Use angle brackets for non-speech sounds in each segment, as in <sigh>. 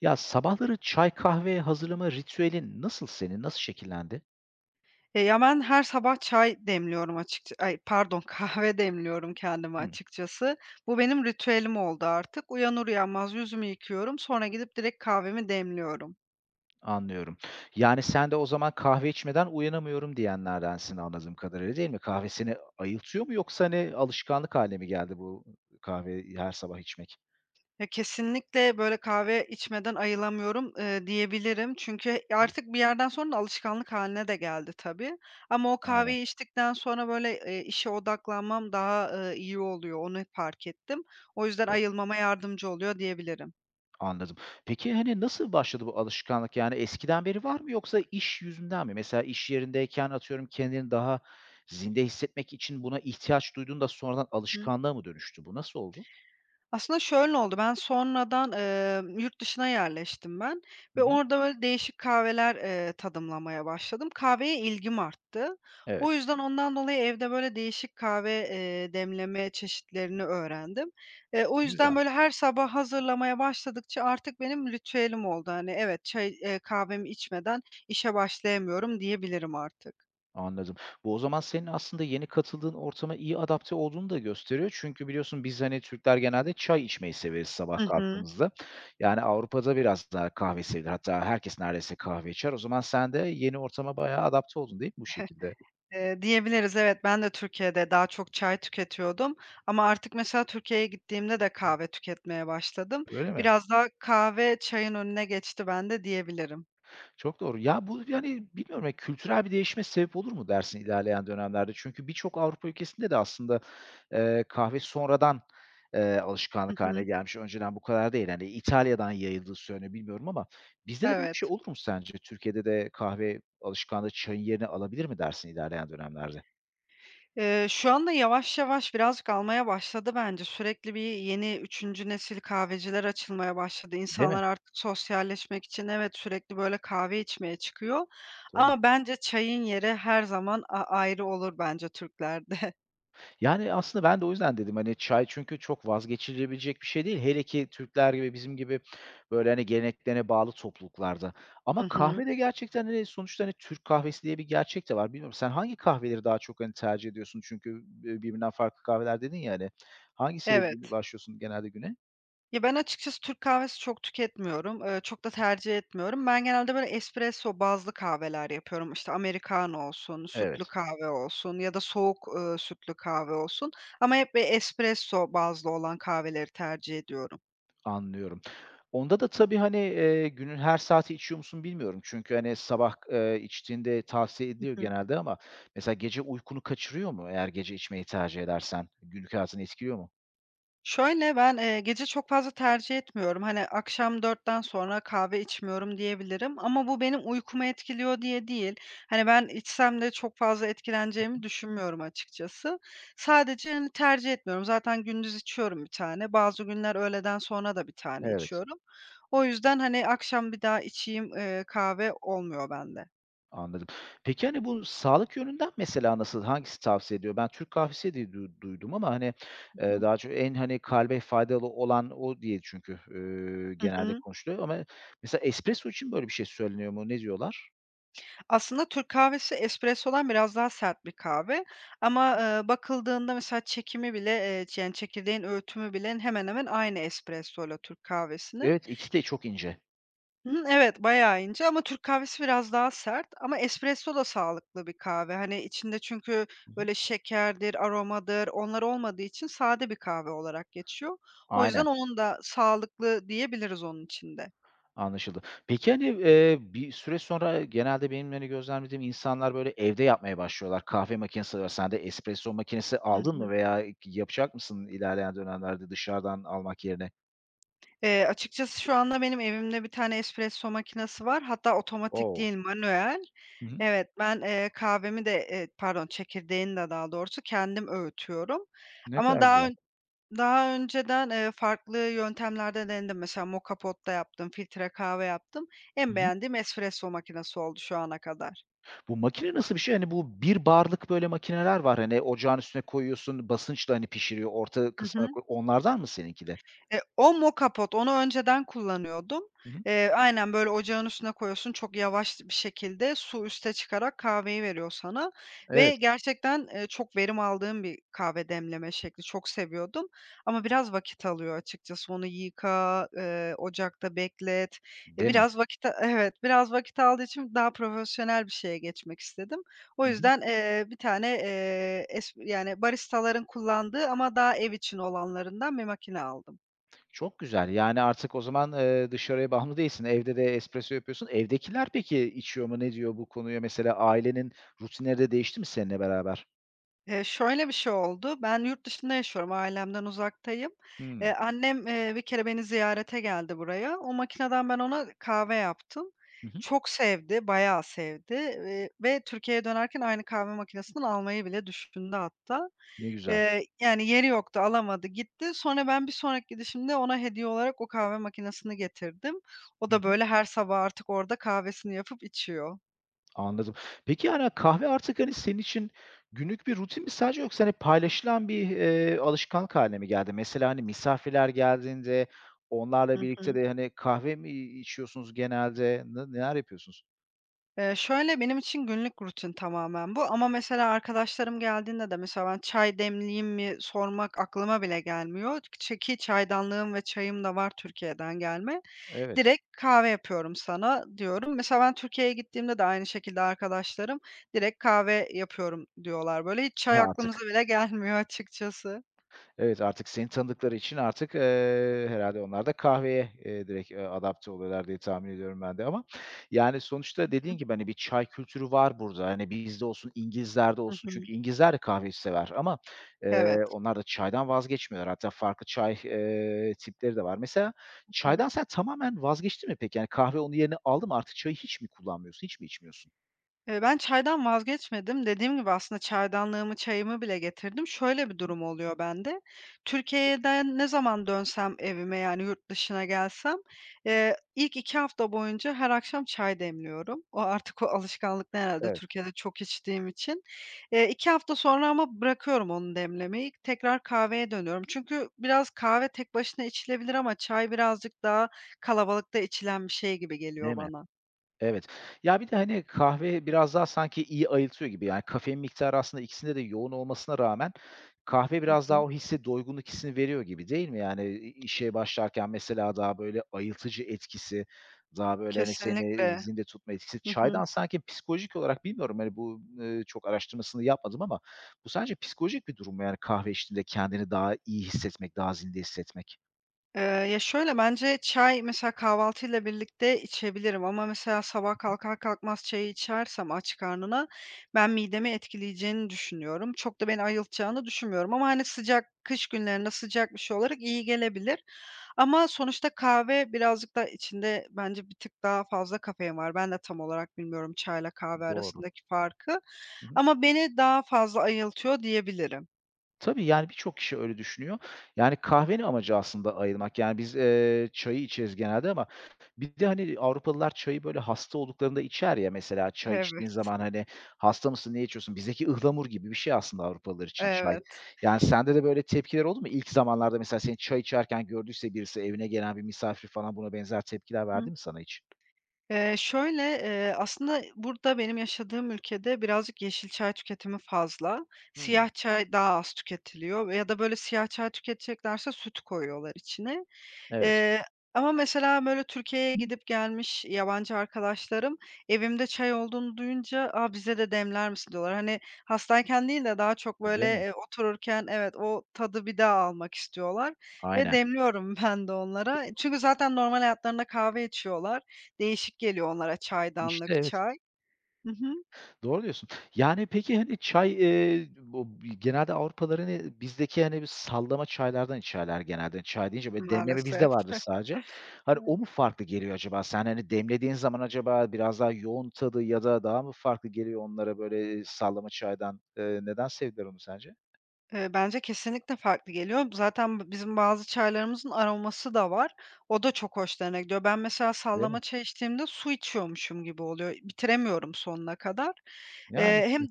Ya, sabahları çay, kahve hazırlama ritüelin nasıl senin? Nasıl şekillendi? Ben her sabah çay demliyorum açıkça ay, pardon, <laughs> kahve demliyorum kendime Hıı, açıkçası. Bu benim ritüelim oldu artık. Uyanır uyanmaz yüzümü yıkıyorum, sonra gidip direkt kahvemi demliyorum. anlıyorum. Yani, sen de o zaman kahve içmeden uyanamıyorum diyenlerdensin anladığım kadarıyla, değil mi? Kahve seni ayıltıyor mu yoksa, hani, alışkanlık hâline mi geldi bu kahve her sabah içmek? Ya, kesinlikle, böyle, kahve içmeden ayılamıyorum, diyebilirim. Çünkü Hı, artık bir yerden sonra da alışkanlık haline de geldi tabii. Ama o aynen. kahveyi içtikten sonra, böyle, işe odaklanmam daha, iyi oluyor, onu fark ettim. O yüzden Evet, ayılmama yardımcı oluyor diyebilirim. anladım. Peki, hani, nasıl başladı bu alışkanlık? Yani, eskiden beri var mı yoksa iş yüzünden mi? Mesela iş yerindeyken atıyorum kendini daha zinde hissetmek için buna ihtiyaç duyduğunda sonradan alışkanlığa mı dönüştü bu? Nasıl oldu? Aslında şöyle oldu, ben sonradan, yurt dışına yerleştim ben Hı ve hı. orada böyle değişik kahveler, tadımlamaya başladım. Kahveye ilgim arttı. O Evet. yüzden ondan dolayı evde böyle değişik kahve, demleme çeşitlerini öğrendim. O yüzden Güzel, böyle her sabah hazırlamaya başladıkça artık benim ritüelim oldu. Hani, evet, çay, kahvemi içmeden işe başlayamıyorum diyebilirim artık. anladım. Bu o zaman senin aslında yeni katıldığın ortama iyi adapte olduğunu da gösteriyor. Çünkü biliyorsun biz, hani, Türkler genelde çay içmeyi severiz sabah Hı hı. kalktığımızda. Yani Avrupa'da biraz daha kahve sevilir. Hatta herkes neredeyse kahve içer. O zaman sen de yeni ortama bayağı adapte oldun değil mi bu şekilde? Diyebiliriz, evet. Ben de Türkiye'de daha çok çay tüketiyordum ama artık mesela Türkiye'ye gittiğimde de kahve tüketmeye başladım. Öyle mi? Biraz daha kahve çayın önüne geçti bende diyebilirim. Çok doğru. Ya, bu, yani, bilmiyorum, ya, kültürel bir değişime sebep olur mu dersin ilerleyen dönemlerde? Çünkü birçok Avrupa ülkesinde de aslında, kahve sonradan, Hı alışkanlık haline hı. gelmiş. Önceden bu kadar değil. Hani, İtalya'dan yayıldığı söyleniyor, bilmiyorum ama bizde de böyle bir şey Evet. olur mu sence? Türkiye'de de kahve alışkanlığı çayın yerini alabilir mi dersin ilerleyen dönemlerde? Şu anda yavaş yavaş birazcık almaya başladı bence. Sürekli bir yeni üçüncü nesil kahveciler açılmaya başladı. Değil mi? İnsanlar artık sosyalleşmek için evet, sürekli böyle kahve içmeye çıkıyor Tabii. ama bence çayın yeri her zaman ayrı olur bence Türklerde. <laughs> Yani, aslında ben de o yüzden dedim, hani, çay çünkü çok vazgeçilebilecek bir şey değil. Hele ki Türkler gibi, bizim gibi, böyle, hani, geleneklerine bağlı topluluklarda. Ama Hı hı. kahve de gerçekten, hani, sonuçta, hani, Türk kahvesi diye bir gerçek de var. Bilmiyorum sen hangi kahveleri daha çok, hani, tercih ediyorsun? Çünkü, birbirinden farklı kahveler dedin ya, hani. Hangisiyle Evet. başlıyorsun genelde güne? Ya, ben açıkçası Türk kahvesi çok tüketmiyorum. Çok da tercih etmiyorum. Ben genelde, böyle, espresso bazlı kahveler yapıyorum. İşte, americano olsun, sütlü Evet. kahve olsun ya da soğuk, sütlü kahve olsun ama hep, bir espresso bazlı olan kahveleri tercih ediyorum. Anlıyorum. Onda da tabii, hani, günün her saati içiyor musun bilmiyorum. Çünkü, hani, sabah, içtiğinde tavsiye ediliyor genelde ama mesela gece uykunu kaçırıyor mu eğer gece içmeyi tercih edersen? Günlük hayatını etkiliyor mu? Şöyle, ben, gece çok fazla tercih etmiyorum. Hani, akşam dörtten sonra kahve içmiyorum diyebilirim ama bu benim uykumu etkiliyor diye değil. Hani, ben içsem de çok fazla etkileneceğimi düşünmüyorum açıkçası. Sadece, hani, tercih etmiyorum. Zaten gündüz içiyorum bir tane. Bazı günler öğleden sonra da bir tane Evet, içiyorum. O yüzden, hani, akşam bir daha içeyim, kahve olmuyor bende. anladım. Peki, hani, bu sağlık yönünden mesela nasıl, hangisi tavsiye ediyor? Ben Türk kahvesi diye duydum ama, hani, Hı hı. daha çok en, hani, kalbe faydalı olan o diye çünkü, Hı genelde hı. konuşuluyor ama mesela espresso için böyle bir şey söyleniyor mu? Ne diyorlar? Aslında Türk kahvesi espressodan biraz daha sert bir kahve ama, bakıldığında mesela çekimi bile, yani, çekirdeğin öğütümü bile hemen hemen aynı espressoyla Türk kahvesinin. Evet, ikisi de çok ince. Hımm, evet, bayağı ince ama Türk kahvesi biraz daha sert ama espresso da sağlıklı bir kahve. Hani, içinde çünkü Hı hı. böyle şekerdir, aromadır, onlar olmadığı için sade bir kahve olarak geçiyor. O Aynen. yüzden onun da sağlıklı diyebiliriz onun için de. Anlaşıldı. Peki, hani, bir süre sonra genelde benim, hani, gözlemlediğim insanlar, böyle, evde yapmaya başlıyorlar. Kahve makinesi var. Sen de espresso makinesi Hı aldın mı hı. veya yapacak mısın ilerleyen dönemlerde dışarıdan almak yerine? Açıkçası şu anda benim evimde bir tane espresso makinesi var. Hatta otomatik O! değil, manuel. Hı hı. Evet, ben, kahvemi de, pardon, çekirdeğini de daha doğrusu kendim öğütüyorum. Ne Ama kadar güzel. Daha önceden, farklı yöntemlerde denedim. Mesela moka pot da yaptım, filtre kahve yaptım. Hı En hı. beğendiğim espresso makinesi oldu şu ana kadar. Bu makine nasıl bir şey? Hani, bu bir bar'lık, böyle, makineler var. Hani, ocağın üstüne koyuyorsun, basınçla, hani, pişiriyor, orta Hı kısmına hı. koy. Onlardan mı seninki de? O mokapot, onu önceden kullanıyordum. Hı hı. Aynen, böyle, ocağın üstüne koyuyorsun, çok yavaş bir şekilde su üste çıkarak kahveyi veriyor sana ve Evet. gerçekten, çok verim aldığım bir kahve demleme şekli. Çok seviyordum ama biraz vakit alıyor açıkçası. Onu yıka, ocakta beklet. E, Değil mi? biraz vakit <laughs> Evet, biraz vakit aldığı için daha profesyonel bir şeye geçmek istedim. O Hı hı. yüzden, bir tane, es yani baristaların kullandığı ama daha ev için olanlarından bir makine aldım. Çok güzel. Yani artık o zaman, dışarıya bağımlı değilsin. Evde de espresso yapıyorsun. Evdekiler peki içiyor mu? Ne diyor bu konuya? Mesela ailenin rutinleri de değişti mi seninle beraber? Şöyle bir şey oldu. Ben yurt dışında yaşıyorum, ailemden uzaktayım. Hımm. Annem, bir kere beni ziyarete geldi buraya. O makineden ben ona kahve yaptım. Hı hı. Çok sevdi, bayağı sevdi, ve Türkiye'ye dönerken aynı kahve makinesinden almayı bile düşündü hatta. Ne güzel. Yani yeri yoktu, alamadı, gitti. Sonra ben bir sonraki gidişimde ona hediye olarak o kahve makinesini getirdim. O Hı da hı. böyle her sabah artık orada kahvesini yapıp içiyor. Anladım. Peki, yani, kahve artık, hani, senin için günlük bir rutin mi sadece yoksa, hani, paylaşılan bir, alışkanlık haline mi geldi? Mesela, hani, misafirler geldiğinde Hı onlarla birlikte hı. de, hani, kahve mi içiyorsunuz genelde? Ne neler yapıyorsunuz? Şöyle, benim için günlük rutin tamamen bu ama mesela arkadaşlarım geldiğinde de mesela ben çay demleyeyim mi sormak aklıma bile gelmiyor. Ki çaydanlığım ve çayım da var Türkiye'den gelme. Evet. Direkt "Kahve yapıyorum sana." diyorum. Mesela ben Türkiye'ye gittiğimde de aynı şekilde arkadaşlarım direkt "Kahve yapıyorum." diyorlar böyle. Hiç He, çay aklımıza artık. bile gelmiyor <laughs> açıkçası. Evet, artık seni tanıdıkları için artık, herhâlde onlar da kahveye, direkt, adapte oluyorlar diye tahmin ediyorum ben de ama yani sonuçta dediğin gibi, hani, bir çay kültürü var burada. Hani, bizde olsun, İngilizlerde Hı olsun hı. çünkü İngilizler de kahveyi sever ama, Evet. Onlar da çaydan vazgeçmiyorlar. Hatta farklı çay, tipleri de var. Mesela çaydan sen tamamen vazgeçtin mi peki? Yani kahve onun yerini aldı mı? Artık çayı hiç mi kullanmıyorsun, hiç mi içmiyorsun? Ben çaydan vazgeçmedim. Dediğim gibi aslında çaydanlığımı, çayımı bile getirdim. Şöyle bir durum oluyor bende. Türkiye'den ne zaman dönsem evime, yani yurt dışına gelsem, ilk 2 hafta boyunca her akşam çay demliyorum. O artık o alışkanlıktan herhâlde Evet. Türkiye'de çok içtiğim için. 2 hafta sonra ama bırakıyorum onu demlemeyi. Tekrar kahveye dönüyorum. Çünkü biraz kahve tek başına içilebilir ama çay birazcık daha kalabalıkta içilen bir şey gibi Değil geliyor mi? bana. Evet. Ya, bir de, hani, kahve biraz daha sanki iyi ayıltıyor gibi. Yani, kafein miktarı aslında ikisinde de yoğun olmasına rağmen kahve Hı biraz daha hı. o hissi, doygunluk hissini veriyor gibi değil mi? Yani, işe başlarken mesela daha böyle ayıltıcı etkisi, daha böyle, hani, seni Kesinlikle. zinde tutma etkisi. Hı hı. Çaydan sanki psikolojik olarak bilmiyorum, hani, bu, çok araştırmasını yapmadım ama bu sence psikolojik bir durum mu? Yani, kahve içtiğinde kendini daha iyi hissetmek, daha zinde hissetmek? Eee, şöyle, bence çay mesela kahvaltıyla birlikte içebilirim ama mesela sabah kalkar kalkmaz çayı içersem aç karnına ben midemi etkileyeceğini düşünüyorum. Çok da beni ayıltacağını düşünmüyorum ama, hani, sıcak kış günlerinde sıcak bir şey olarak iyi gelebilir ama sonuçta kahve birazcık da içinde bence bir tık daha fazla kafein var. Ben de tam olarak bilmiyorum çayla kahve Doğru. arasındaki farkı ama beni daha fazla ayıltıyor diyebilirim. Tabii, yani, birçok kişi öyle düşünüyor. Yani, kahvenin amacı aslında ayırmak. Yani, biz, çayı içeriz genelde ama bir de, hani, Avrupalılar çayı, böyle, hasta olduklarında içer ya mesela. Çay içtiğin Evet, zaman, hani, "Hasta mısın, ne içiyorsun?" Bizdeki ıhlamur gibi bir şey aslında Avrupalılar için çay. evet. Yani, sende de böyle tepkiler oldu mu? İlk zamanlarda mesela seni çay içerken gördüyse birisi, evine gelen bir misafir falan buna benzer tepkiler verdi mi sana hiç? Aslında burada benim yaşadığım ülkede birazcık yeşil çay tüketimi fazla. Hımm. Siyah çay daha az tüketiliyor ve ya da böyle siyah çay tüketeceklerse süt koyuyorlar içine. Evet. Eee, ama mesela, böyle, Türkiye'ye gidip gelmiş yabancı arkadaşlarım evimde çay olduğunu duyunca, "A, bize de demler misin?" diyorlar. Hani, hastayken değil de daha çok, E, böyle, değil mi? Otururken evet, o tadı bir daha almak istiyorlar ve Aynen. demliyorum <laughs> ben de onlara. Çünkü zaten normal hayatlarında kahve içiyorlar. Değişik geliyor onlara İşte, çaydanlık evet. çay. Hı hı. Doğru diyorsun. Yani, peki, hani, çay, bu genelde Avrupalıların, hani, bizdeki, hani, bir sallama çaylardan içerler genelde. Çay deyince böyle demleme bizde Maalesef. vardır sadece. Hani, o mu <laughs> farklı geliyor acaba? Sen, hani, demlediğin zaman acaba biraz daha yoğun tadı ya da daha mı farklı geliyor onlara böyle, sallama çaydan? Neden sevdiler onu sence? Bence kesinlikle farklı geliyor. Zaten bizim bazı çaylarımızın aroması da var. O da çok hoşlarına gidiyor. Ben mesela Değil mi? sallama çay içtiğimde su içiyormuşum gibi oluyor. Bitiremiyorum sonuna kadar. Yani. Hem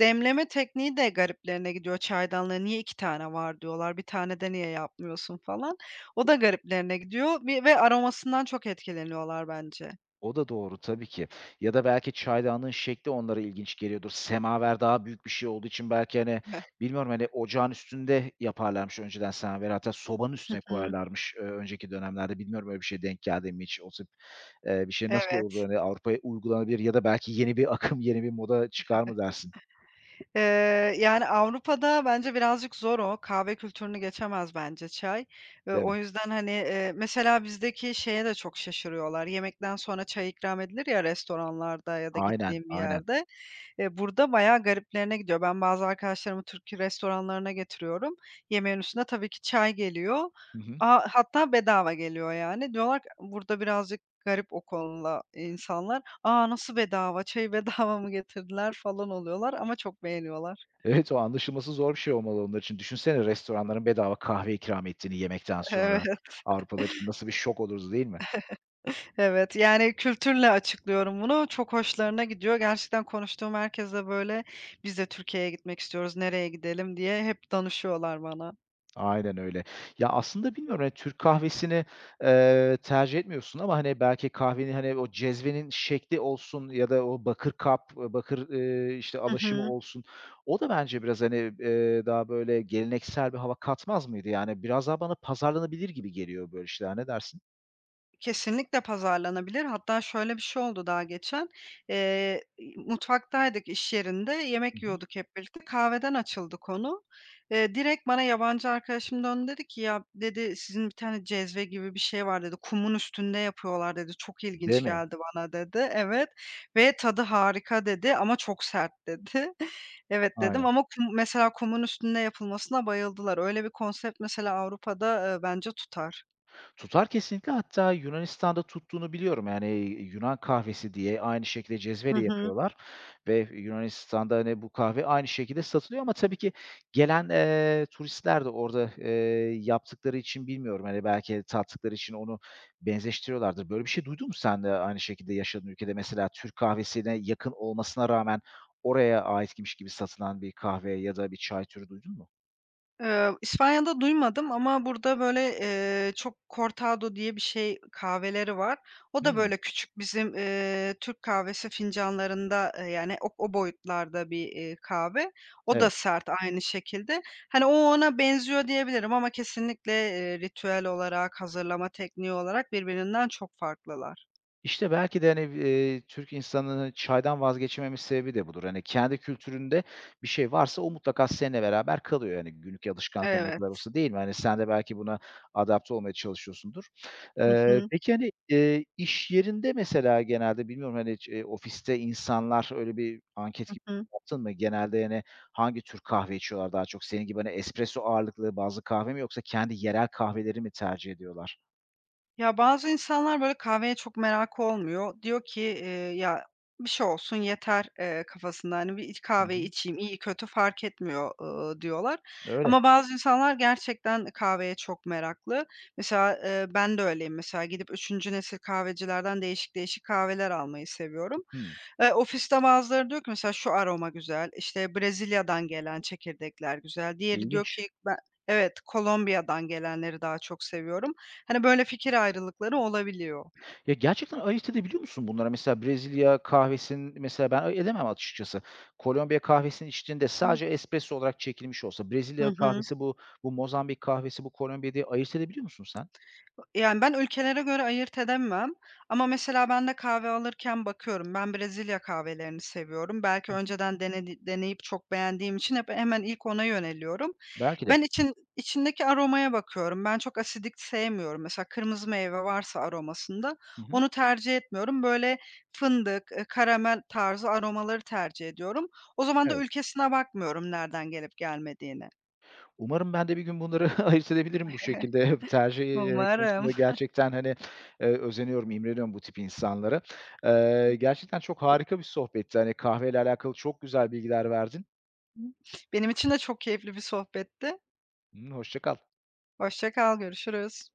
demleme tekniği de gariplerine gidiyor çaydanlığı. "Niye 2 tane var?" diyorlar. Bir tane de niye yapmıyorsun?" falan. O da gariplerine gidiyor ve aromasından çok etkileniyorlar bence. O da doğru tabii ki. Ya da belki çaydanlığın şekli onlara ilginç geliyordur. Semaver daha büyük bir şey olduğu için belki, hani, bilmiyorum, hani, ocağın üstünde yaparlarmış önceden semaveri. Hatta sobanın üstüne <laughs> hı. koyarlarmış, önceki dönemlerde. Bilmiyorum öyle bir şey denk geldi mi hiç? O tip, bir şey nasıl oldu? Evet. Hani, Avrupa'ya uygulanabilir ya da belki yeni bir <laughs> akım, yeni bir moda çıkar mı dersin, Eee, yani, Avrupa'da bence birazcık zor o. Kahve kültürünü geçemez bence çay. Değil mi? O yüzden, hani, mesela bizdeki şeye de çok şaşırıyorlar. Yemekten sonra çay ikram edilir ya restoranlarda ya da Aynen, gittiğim bir aynen. yerde. Burada bayağı gariplerine gidiyor. Ben bazı arkadaşlarımı Türk restoranlarına getiriyorum. Yemeğin üstüne tabii ki çay geliyor. Hı hı. A hatta bedava geliyor yani. Diyorlar ki burada birazcık garip o konuda insanlar. "A, nasıl bedava? Çayı <laughs> bedava mı getirdiler?" falan oluyorlar ama çok beğeniyorlar. Evet, o anlaşılması zor bir şey olmalı onlar için. Düşünsene restoranların bedava kahve ikram ettiğini yemekten <laughs> sonra. Evet, Avrupalılar için nasıl bir şok olurdu, değil mi? evet. Yani kültürle açıklıyorum bunu. Çok hoşlarına gidiyor. Gerçekten konuştuğum herkes de böyle, "Biz de Türkiye'ye gitmek istiyoruz. Nereye gidelim?" diye hep danışıyorlar bana. Aynen öyle. Ya, aslında bilmiyorum, hani, Türk kahvesini, tercih etmiyorsun ama, hani, belki kahvenin, hani, o cezvenin şekli olsun ya da o bakır kap, bakır, işte, Hı alaşımı hı. olsun. O da bence biraz, hani, daha böyle geleneksel bir hava katmaz mıydı? Yani, biraz daha bana pazarlanabilir gibi geliyor böyle şeyler. Ne dersin? Kesinlikle pazarlanabilir. Hatta şöyle bir şey oldu daha geçen. Mutfaktaydık iş yerinde, Hı yemek hı. yiyorduk hep birlikte. Kahveden açıldı konu. Direkt bana yabancı arkadaşım döndü dedi ki, "Ya" dedi, "Sizin bir tane cezve gibi bir şey var." dedi. "Kumun üstünde yapıyorlar." dedi. "Çok Değil ilginç mi? geldi bana." dedi. Evet ve "Tadı harika." dedi ama "Çok sert." dedi. <laughs> "Evet." dedim Aynen. ama kum mesela kumun üstünde yapılmasına bayıldılar. Öyle bir konsept mesela Avrupa'da, bence tutar. Tutar kesinlikle. Hatta Yunanistan'da tuttuğunu biliyorum. Yani, Yunan kahvesi diye aynı şekilde Hı cezveli hı. yapıyorlar ve Yunanistan'da, hani, bu kahve aynı şekilde satılıyor ama tabii ki gelen, turistler de orada, yaptıkları için bilmiyorum, hani, belki tattıkları için onu benzeştiriyorlardır. Böyle bir şey duydun mu sen de aynı şekilde yaşadığın ülkede? Mesela Türk kahvesine yakın olmasına rağmen oraya aitmiş gibi satılan bir kahve ya da bir çay türü duydun mu? İspanya'da duymadım ama burada, böyle, çok cortado diye bir şey kahveleri var. O da, Hımm. böyle, küçük bizim, Türk kahvesi fincanlarında, yani, o boyutlarda bir, kahve. O Evet. da sert aynı şekilde. Hani, o ona benziyor diyebilirim ama kesinlikle, ritüel olarak, hazırlama tekniği olarak birbirinden çok farklılar. İşte belki de, hani, Türk insanının çaydan vazgeçememiş sebebi de budur. Hani, kendi kültüründe bir şey varsa o mutlaka seninle beraber kalıyor. Yani, günlük alışkanlıkların ne kadar Evet. olsa değil mi? Hani, sen de belki buna adapte olmaya çalışıyorsundur. Hı Eee, hı. peki, hani, iş yerinde mesela genelde bilmiyorum, hani, hiç, ofiste insanlar öyle bir anket Hı gibi hı. yaptın mı? Genelde, yani hangi tür kahve içiyorlar daha çok? Senin gibi, hani, espresso ağırlıklı bazı kahve mi yoksa kendi yerel kahveleri mi tercih ediyorlar? Ya, bazı insanlar, böyle, kahveye çok merakı olmuyor. Diyor ki, "Ya, bir şey olsun yeter." Kafasında. Hani, bir iç Hı kahveyi hı. içeyim, iyi kötü fark etmiyor, diyorlar. Öyle. Ama bazı insanlar gerçekten kahveye çok meraklı. Mesela, ben de öyleyim. Mesela gidip üçüncü nesil kahvecilerden değişik değişik kahveler almayı seviyorum. Hı. Ofiste bazıları diyor ki mesela, "Şu aroma güzel." İşte, Brezilya'dan gelen çekirdekler güzel. Diğeri diyor İlginç. ki, "Ben" evet, Kolombiya'dan gelenleri daha çok seviyorum. Hani, böyle fikir ayrılıkları olabiliyor. Ya, gerçekten ayırt edebiliyor musun bunlara? Mesela Brezilya kahvesinin mesela ben edemem açıkçası. Kolombiya kahvesinin içtiğinde Hı. sadece espresso olarak çekilmiş olsa, Hı Brezilya hı. kahvesi bu, bu Mozambik kahvesi, bu Kolombiya diye ayırt edebiliyor musun sen? Yani, ben ülkelere göre ayırt edemem ama mesela ben de kahve alırken bakıyorum. Ben Brezilya kahvelerini seviyorum. Hı Belki hı. önceden deneyip çok beğendiğim için hep hemen ilk ona yöneliyorum. Belki de. Ben için içindeki aromaya bakıyorum. Ben çok asidik sevmiyorum. Mesela kırmızı meyve varsa aromasında Hı hı. onu tercih etmiyorum. Böyle fındık, karamel tarzı aromaları tercih ediyorum. O zaman da Evet. ülkesine bakmıyorum nereden gelip gelmediğini. Umarım ben de bir gün bunları <laughs> ayırt edebilirim bu şekilde. <laughs> Tercih, Umarım. konusunda gerçekten, hani, özeniyorum, imreniyorum bu tip insanlara. Gerçekten çok harika bir sohbetti. Hani, kahveyle alakalı çok güzel bilgiler verdin. Benim için de çok keyifli bir sohbetti. Hoşça kal. Hoşça kal, görüşürüz.